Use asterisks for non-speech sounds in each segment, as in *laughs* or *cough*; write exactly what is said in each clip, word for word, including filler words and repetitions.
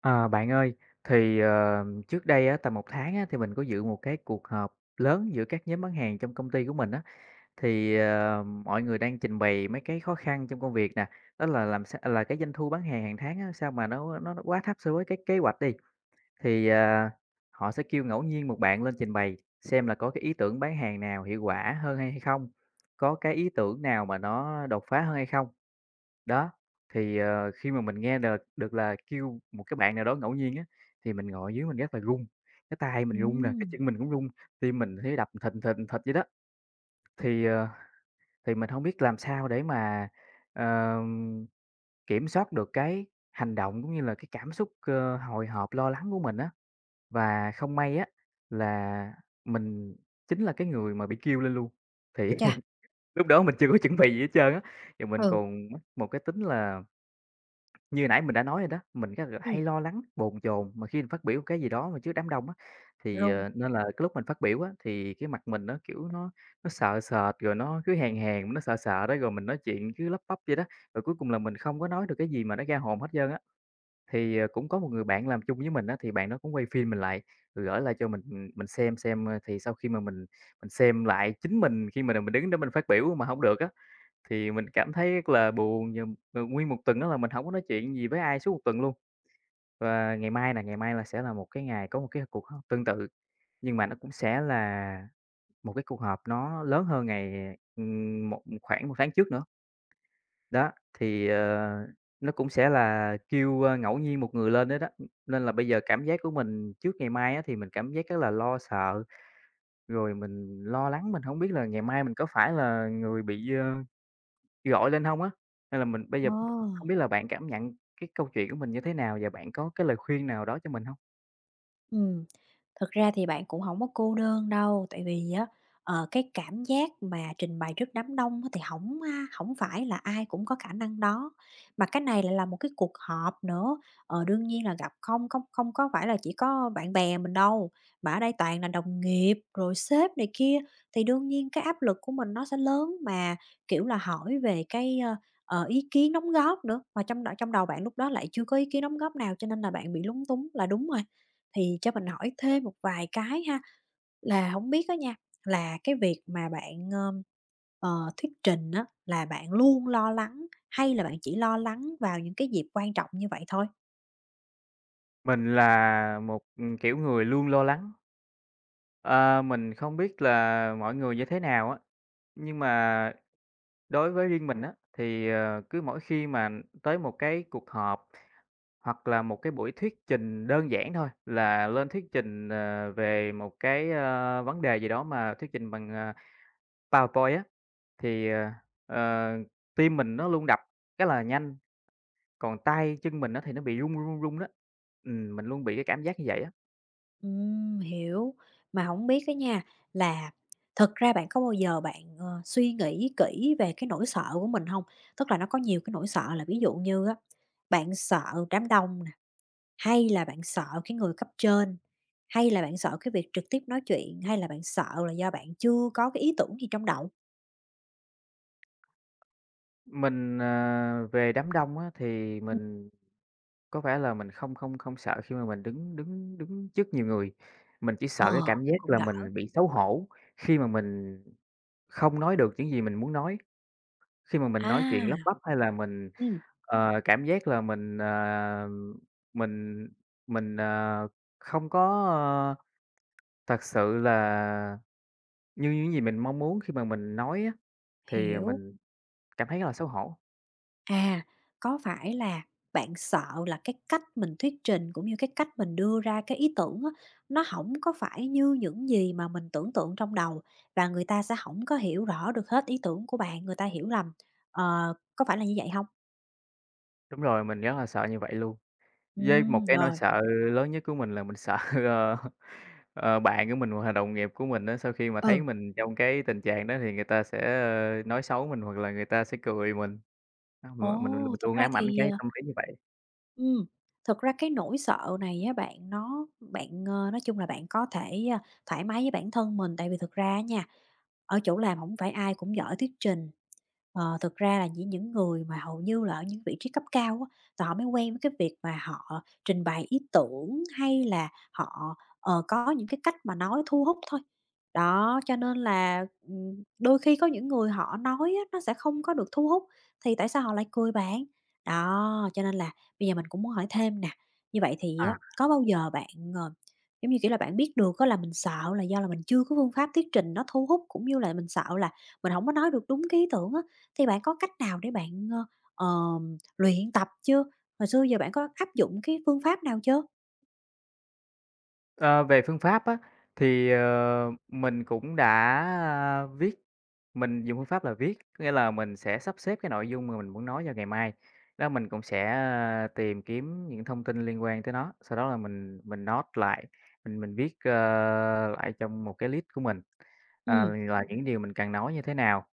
À, bạn ơi, thì, ờ, trước đây á, tầm một tháng á, thì mình có dự một cái cuộc họp lớn giữa các nhóm bán hàng trong công ty của mình á. Thì, ờ, mọi người đang trình bày mấy cái khó khăn trong công việc nè, đó là làm sao là cái doanh thu bán hàng hàng tháng á, sao mà nó nó nó quá thấp so với cái kế hoạch đi. Thì, à, họ sẽ kêu ngẫu nhiên một bạn lên trình bày xem là có cái ý tưởng bán hàng nào hiệu quả hơn hay hay không, có cái ý tưởng nào mà nó đột phá hơn hay không. Đó, thì, ờ, khi mà mình nghe được được là kêu một cái bạn nào đó ngẫu nhiên á, thì mình ngồi dưới mình rất là run, cái tay mình run nè, cái Ừm, chân mình cũng run, tim mình thấy đập thình thình thịch vậy đó. Thì, ờ, thì mình không biết làm sao để mà, ờm, kiểm soát được cái hành động cũng như là cái cảm xúc, ơ, hồi hộp, lo lắng của mình á. Và không may á là mình chính là cái người mà bị kêu lên luôn, thì chà, *laughs* lúc đó mình chưa có chuẩn bị gì hết trơn á, và mình ừ, còn mắc một cái tính là Như nãy mình đã nói rồi đó, mình rất là hay ừm, lo lắng, bồn chồn mà khi mình phát biểu cái gì đó mà trước đám đông á, thì, rung, ờ, nên là cái lúc mình phát biểu á, thì cái mặt mình nó, kiểu, nó nó sợ sệt, rồi nó cứ hèn hèn, nó sợ sợ đó, rồi mình nói chuyện cứ lắp bắp vậy đó, rồi cuối cùng là mình không có nói được cái gì mà nó ra hồn hết trơn á. Thì, ờ, cũng có một người bạn làm chung với mình á, thì bạn đó cũng quay phim mình lại, rồi gửi lại cho mình, mình xem xem, ơ, thì sau khi mà mình mình xem lại chính mình khi mà mình đứng đó mình phát biểu mà không được á, thì mình cảm thấy rất là buồn và, ờ, nguyên một tuần đó là mình hổng có nói chuyện gì với ai suốt một tuần luôn. Và ngày mai nè, ngày mai là sẽ là một cái ngày có một cái cuộc họp tương tự, nhưng mà nó cũng sẽ là một cái cuộc họp nó lớn hơn ngày, ừm, một khoảng một tháng trước nữa. Đó, thì, ờ, nó cũng sẽ là kêu, ơ, ngẫu nhiên một người lên hết á, ưm, nên là bây giờ cảm giác của mình trước ngày mai á thì mình cảm giác rất là lo sợ, rồi mình lo lắng, mình hổng biết là ngày mai mình có phải là người bị, ơ Gọi lên hông á, nên là mình bây giờ ờ, không biết là bạn cảm nhận cái câu chuyện của mình như thế nào và bạn có cái lời khuyên nào đó cho mình hông? ừ. Thực ra thì bạn cũng không có cô đơn đâu, tại vì á, ờ, cái cảm giác mà trình bày trước đám đông á thì không a hổng phải là ai cũng có khả năng đó, mà cái này lại là một cái cuộc họp nữa. Ờ, đương nhiên là gặp không không không có phải là chỉ có bạn bè mình đâu, mà ở đây toàn là đồng nghiệp, rồi sếp này kia, thì đương nhiên cái áp lực của mình nó sẽ lớn, mà, kiểu là, hỏi về cái, ơ, ờ, ý kiến đóng góp nữa, mà trong đó trong đầu bạn lúc đó lại chưa có ý kiến đóng góp nào, cho nên là bạn bị lúng túng là đúng rồi. Thì cho mình hỏi thêm một vài cái ha, là không biết á nha, là cái việc mà bạn, ờm, ờ, thuyết trình á, là bạn luôn lo lắng hay là bạn chỉ lo lắng vào những cái dịp quan trọng như vậy thôi? Mình là một, ừm, kiểu, người luôn lo lắng. Ờ, mình không biết là mọi người như thế nào á, nhưng mà đối với riêng mình á, thì, ờ, cứ mỗi khi mà tới một cái cuộc họp hoặc là một cái buổi thuyết trình đơn giản thôi, là lên thuyết trình, ờ, về một cái, ơ, vấn đề gì đó mà thuyết trình bằng, à, PowerPoint á. Thì, ờ, ờ, tim mình nó luôn đập cái là nhanh, còn tay chân mình nó thì nó bị run, run, run, đó. Ừm, mình luôn bị cái cảm giác như vậy á. Ừm, hiểu. Mà không biết á nha, là thực ra bạn có bao giờ bạn, ờ, suy nghĩ kỹ về cái nỗi sợ của mình không? Tức là nó có nhiều cái nỗi sợ là ví dụ như á, bạn sợ đám đông nè. Hay là bạn sợ cái người cấp trên? Hay là bạn sợ cái việc trực tiếp nói chuyện? Hay là bạn sợ là do bạn chưa có cái ý tưởng gì trong đầu? Mình, ờ, về đám đông á thì Ừm. mình có vẻ là mình không không không sợ khi mà mình đứng đứng đứng trước nhiều người, mình chỉ Ờ, sợ cái cảm giác cũng là đỡ. mình bị xấu hổ khi mà mình không nói được những gì mình muốn nói. Khi mà mình nói À, chuyện lắp bắp hay là mình, ừm, ờ, cảm giác là mình, ờ, mình mình, ờ, không có, ờ, thật sự là như những gì mình mong muốn khi mà mình nói á, thì hiểu. mình cảm thấy rất là xấu hổ. À, có phải là bạn sợ là cái cách mình thuyết trình, cũng như cái cách mình đưa ra cái ý tưởng á, nó không có phải như những gì mà mình tưởng tượng trong đầu và người ta sẽ không có hiểu rõ được hết ý tưởng của bạn, người ta hiểu lầm. Ờ, có phải là như vậy không? Đúng rồi, mình rất là sợ như vậy luôn. Với một Ừm, cái nỗi rồi, sợ lớn nhất của mình là mình sợ, *laughs* ờ, ờ, bạn của mình hoặc là đồng nghiệp của mình á, sau khi mà thấy ừ. mình trong cái tình trạng đó thì người ta sẽ, ờ, nói xấu mình hoặc là người ta sẽ cười mình. Đó, m Ồ, mình mình thực luôn ra ám ảnh thì cái ờ, tâm lý như vậy. Ừm, thực ra cái nỗi sợ này á bạn, nó bạn, ờ, nói chung là bạn có thể, a, thoải mái với bản thân mình, tại vì thực ra nha, ở chỗ làm không phải ai cũng giỏi thuyết trình. Ờ, thực ra là chỉ những người mà hầu như là ở những vị trí cấp cao á, thì họ mới quen với cái việc mà họ trình bày ý tưởng, hay là họ, ờ, có những cái cách mà nói thu hút thôi. Đó, cho nên là, ừm, đôi khi có những người họ nói á, nó sẽ không có được thu hút, thì tại sao họ lại cười bạn? Đó, cho nên là bây giờ mình cũng muốn hỏi thêm nè, như vậy thì À. á, có bao giờ bạn, ờ, giống như, kiểu là, bạn biết được có là mình sợ là do là mình chưa có phương pháp thuyết trình nó thu hút, cũng như là mình sợ là mình không có nói được đúng cái ý tưởng á, thì bạn có cách nào để bạn, ơ, ờm, luyện tập chưa? Hồi xưa giờ bạn có áp dụng cái phương pháp nào chưa? Ờ, Về phương pháp á, thì, ờ, mình cũng đã, a, viết mình dùng phương pháp là viết, có nghĩa là mình sẽ sắp xếp cái nội dung mà mình muốn nói cho ngày mai. Đó, mình cũng sẽ, a, tìm kiếm những thông tin liên quan tới nó, sau đó là mình mình note lại, mình mình viết, ơ, lại trong một cái list của mình, ờ, Ừm. là những điều mình cần nói như thế nào.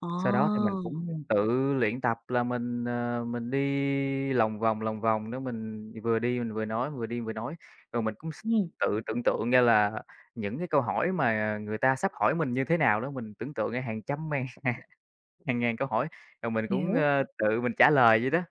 Ờ, Sau đó thì mình cũng tự luyện tập là mình, ờ, mình đi lòng vòng, lòng vòng đó mình vừa đi mình vừa nói, vừa đi vừa nói. Rồi mình cũng s ừm, tự tưởng tượng ra là những cái câu hỏi mà người ta sắp hỏi mình như thế nào đó, mình tưởng tượng ra hàng trăm ngàn, *laughs* hàng ngàn câu hỏi, rồi mình cũng, hiểu. ơ, tự mình trả lời vậy đó.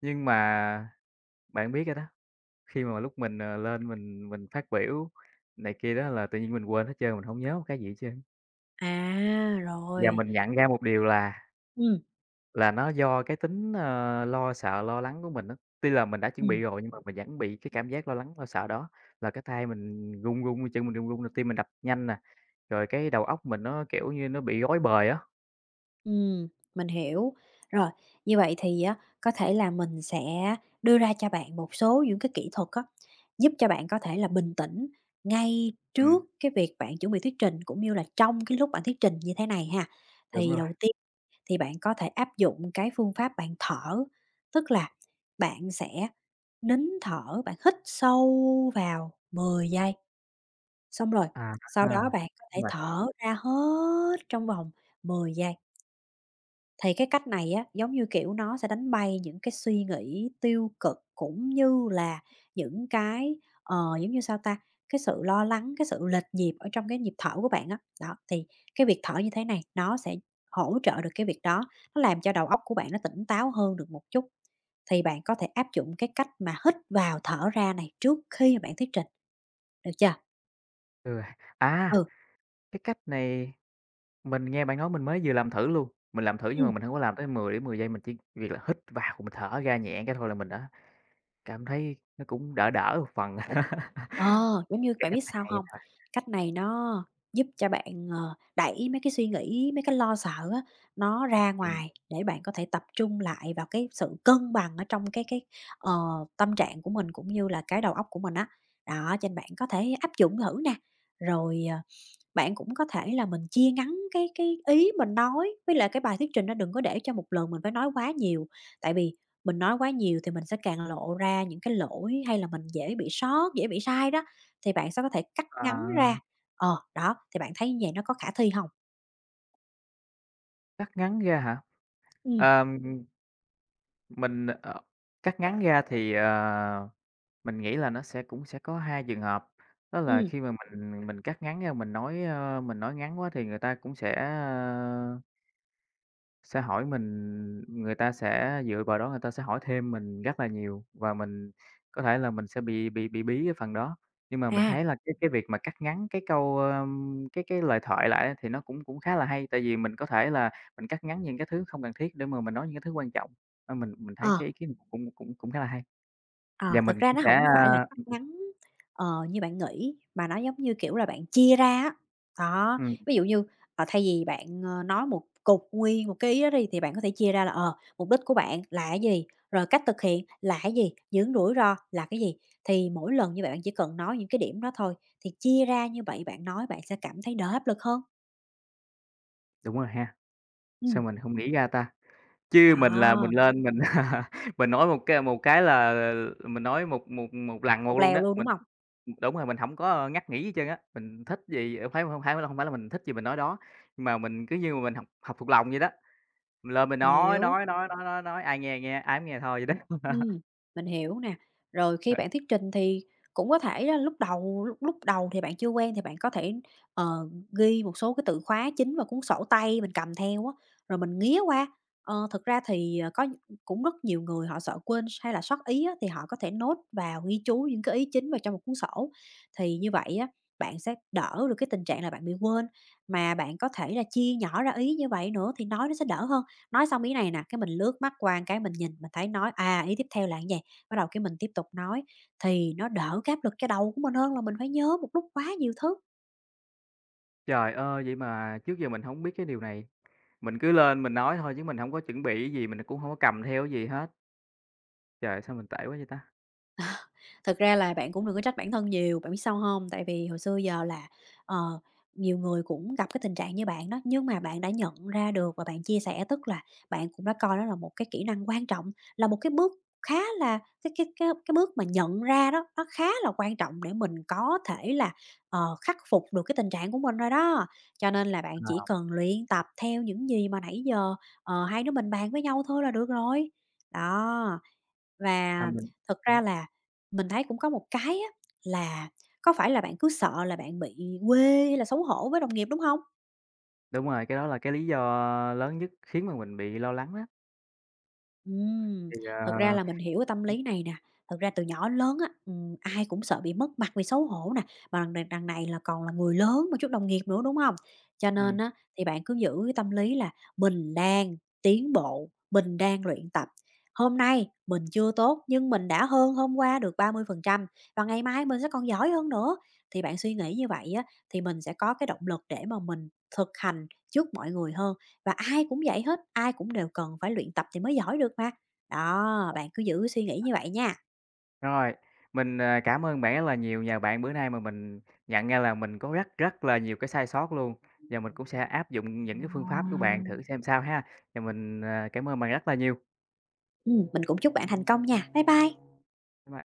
Nhưng mà bạn biết rồi đó, khi mà lúc mình, ờ, lên mình mình phát biểu này kia đó là tự nhiên mình quên hết trơn, mình hổng nhớ một cái gì hết trơn. À, Và rồi. mình nhận ra một điều là Ừm, Là nó do cái tính, ờ, lo sợ, lo lắng của mình á. Tuy là mình đã chuẩn bị ừm. rồi nhưng mà mình vẫn bị cái cảm giác lo lắng, lo sợ đó, là cái tay mình run run, chân mình run run, rồi tim mình đập nhanh nè, rồi cái đầu óc mình nó, kiểu như, nó bị rối bời á. Ừm, mình hiểu. Rồi, như vậy thì á, có thể là mình sẽ đưa ra cho bạn một số những cái kỹ thuật á, giúp cho bạn có thể là bình tĩnh ngay Ừm, trước cái việc bạn chuẩn bị thuyết trình, cũng như là trong cái lúc bạn thuyết trình như thế này ha. đúng Thì rồi. đầu tiên thì bạn có thể áp dụng cái phương pháp bạn thở, tức là bạn sẽ nín thở, bạn hít sâu vào mười giây, xong rồi À sau đó ha, bạn có thể đúng rồi, thở ra hết trong vòng mười giây. Thì cái cách này á, giống như, kiểu, nó sẽ đánh bay những cái suy nghĩ tiêu cực cũng như là những cái, ờ, giống như, sao ta, cái sự lo lắng, cái sự lệch nhịp ở trong cái nhịp thở của bạn á. Đó, thì cái việc thở như thế này nó sẽ hỗ trợ được cái việc đó, nó làm cho đầu óc của bạn nó tỉnh táo hơn được một chút. Thì bạn có thể áp dụng cái cách mà hít vào thở ra này trước khi mà bạn thuyết trình, được chưa? ừ, à, Ừ. cái cách này mình nghe bạn nói mình mới vừa làm thử luôn, mình làm thử nhưng mà Ừm. mình hông có làm tới mười đến mười giây, mình chỉ việc là hít vào, mình thở ra nhẹ cái thôi là mình đã cảm thấy nó cũng đỡ đỡ một phần. *laughs* Ờ, giống như Cái bạn cách biết này sao hay không? thật, Cách này nó giúp cho bạn, ờ, đẩy mấy cái suy nghĩ, mấy cái lo sợ á, nó ra ừm. ngoài để bạn có thể tập trung lại vào cái sự cân bằng ở trong cái cái, ờ, tâm trạng của mình cũng như là cái đầu óc của mình á. Đó, cho nên bạn có thể áp dụng thử nè, rồi, ờ bạn cũng có thể là mình chia ngắn cái cái ý mình nói, với lại cái bài thuyết trình nó đừng có để cho một lần mình phải nói quá nhiều, tại vì mình nói quá nhiều thì mình sẽ càng lộ ra những cái lỗi hay là mình dễ bị sót, dễ bị sai đó, thì bạn sẽ có thể cắt ngắn À. ra. Ờ, đó, thì bạn thấy như vầy nó có khả thi không? Cắt ngắn ra hả? Ừ, Ờm, mình, ờ cắt ngắn ra thì, ờ, mình nghĩ là nó sẽ cũng sẽ có hai trường hợp, đó là ừ, khi mà mình mình cắt ngắn ra mình nói, ơ, mình nói ngắn quá thì người ta cũng sẽ, sẽ hỏi mình người ta sẽ dựa vào đó người ta sẽ hỏi thêm mình rất là nhiều và mình có thể là mình sẽ bị bị bị bí cái phần đó. Nhưng mà mình à, thấy là cái cái việc mà cắt ngắn cái câu, ơm, cái cái lời thoại lại á thì nó cũng cũng khá là hay, tại vì mình có thể là mình cắt ngắn những cái thứ không cần thiết để mà mình nói những cái thứ quan trọng. Ơ, mình mình thấy ờ. cái ý kiến cũng cũng cũng cũng khá là hay. Ờ, Và thực mình ra cũng nó sẽ, hổng phải là a cắt ngắn, ờ, như bạn nghĩ, mà nó giống như, kiểu là, bạn chia ra á. Đó, ừm, ví dụ như, ờ, thay vì bạn, ờ, nói một cục nguyên một cái ý đó đi, thì bạn có thể chia ra là, ờ, mục đích của bạn là cái gì, rồi cách thực hiện là cái gì, những rủi ro là cái gì. Thì mỗi lần như vậy bạn chỉ cần nói những cái điểm đó thôi, thì chia ra như vậy bạn nói bạn sẽ cảm thấy đỡ áp lực hơn. đúng rồi ha, sao Ừm, mình không nghĩ ra ta? Chứ mình là mình đó, lên mình *laughs* mình nói một cái một cái là mình nói một một một lần một một luôn lèo đó, luôn, đúng mình hông? đúng rồi, mình không có ngắt nghỉ gì hết trơn á, mình thích gì phải hông phải hông phải là mình thích gì mình nói đó, nhưng mà mình cứ như mà mình học học thuộc lòng vậy đó, mình lên mình nói, Hiểu. nói, nói, nói, nói, nói, ai nghe nghe, ai hổng nghe thôi vậy đó. Ừm, mình hiểu nè. Rồi khi bạn *laughs* thuyết trình thì cũng có thể á, lúc đầu lúc lúc đầu thì bạn chưa quen thì bạn có thể, ờ, ghi một số cái từ khóa chính vào cuốn sổ tay mình cầm theo á, rồi mình nghía qua. Ờ, thực ra thì, ờ, có nh- cũng rất nhiều người họ sợ quên hay là sót ý á, thì họ có thể nốt vào, ghi chú những cái ý chính vào trong một cuốn sổ. Thì như vậy á, bạn sẽ đỡ được cái tình trạng là bạn bị quên, mà bạn có thể là chia nhỏ ra ý như vậy nữa thì nói nó sẽ đỡ hơn. Nói xong ý này nè, cái mình lướt mắt qua một cái mình nhìn, mình thấy nói, à, ý tiếp theo là cái gì bắt đầu cái mình tiếp tục nói, thì nó đỡ cái áp lực cho đầu của mình hơn là mình phải nhớ một lúc quá nhiều thứ. Trời ơi, vậy mà trước giờ mình không biết cái điều này, mình cứ lên mình nói thôi chứ mình không có chuẩn bị cái gì, mình cũng không có cầm theo cái gì hết. Trời, sao mình tệ quá vậy ta? Thực ra là bạn cũng đừng có trách bản thân nhiều, bạn biết sao không? Tại vì hồi xưa giờ là, ờ, nhiều người cũng gặp cái tình trạng như bạn đó, nhưng mà bạn đã nhận ra được và bạn chia sẻ, tức là bạn cũng đã coi đó là một cái kỹ năng quan trọng, là một cái bước khá là cái cái cái cái bước mà nhận ra đó, nó khá là quan trọng để mình có thể là, ờ, khắc phục được cái tình trạng của mình rồi đó. Cho nên là bạn chỉ Ờ, cần luyện tập theo những gì mà nãy giờ, ờ, hai đứa mình bàn với nhau thôi là được rồi. Đó. à, Và mình thật ừm. ra là mình thấy cũng có một cái á là có phải là bạn cứ sợ là bạn bị quê hay là xấu hổ với đồng nghiệp, đúng không? Đúng rồi, cái đó là cái lý do lớn nhất khiến mà mình bị lo lắng á. Ừm, Thì, thật ra ờ là mình hiểu cái tâm lý này nè, thật ra từ nhỏ đến lớn á, ừm, ai cũng sợ bị mất mặt vì xấu hổ nè, mà đằng này đằng này là còn là người lớn mà trước đồng nghiệp nữa, đúng không? Cho nên ừm, á, thì bạn cứ giữ cái tâm lý là mình đang tiến bộ, mình đang luyện tập. Hôm nay mình chưa tốt nhưng mình đã hơn hôm qua được ba mươi phần trăm và ngày mai mình sẽ còn giỏi hơn nữa. Thì bạn suy nghĩ như vậy á, thì mình sẽ có cái động lực để mà mình thực hành trước mọi người hơn. Và ai cũng vậy hết, ai cũng đều cần phải luyện tập thì mới giỏi được mà. Đó, bạn cứ giữ suy nghĩ như vậy nha. rồi, mình, à, cảm ơn bạn rất là nhiều, nhờ bạn bữa nay mà mình nhận ra là mình có rất rất là nhiều cái sai sót luôn, và mình cũng sẽ áp dụng những cái phương pháp của bạn thử xem sao ha. Và mình, à, cảm ơn bạn rất là nhiều. Ừm, mình cũng chúc bạn thành công nha. Bye bye. Bye bye.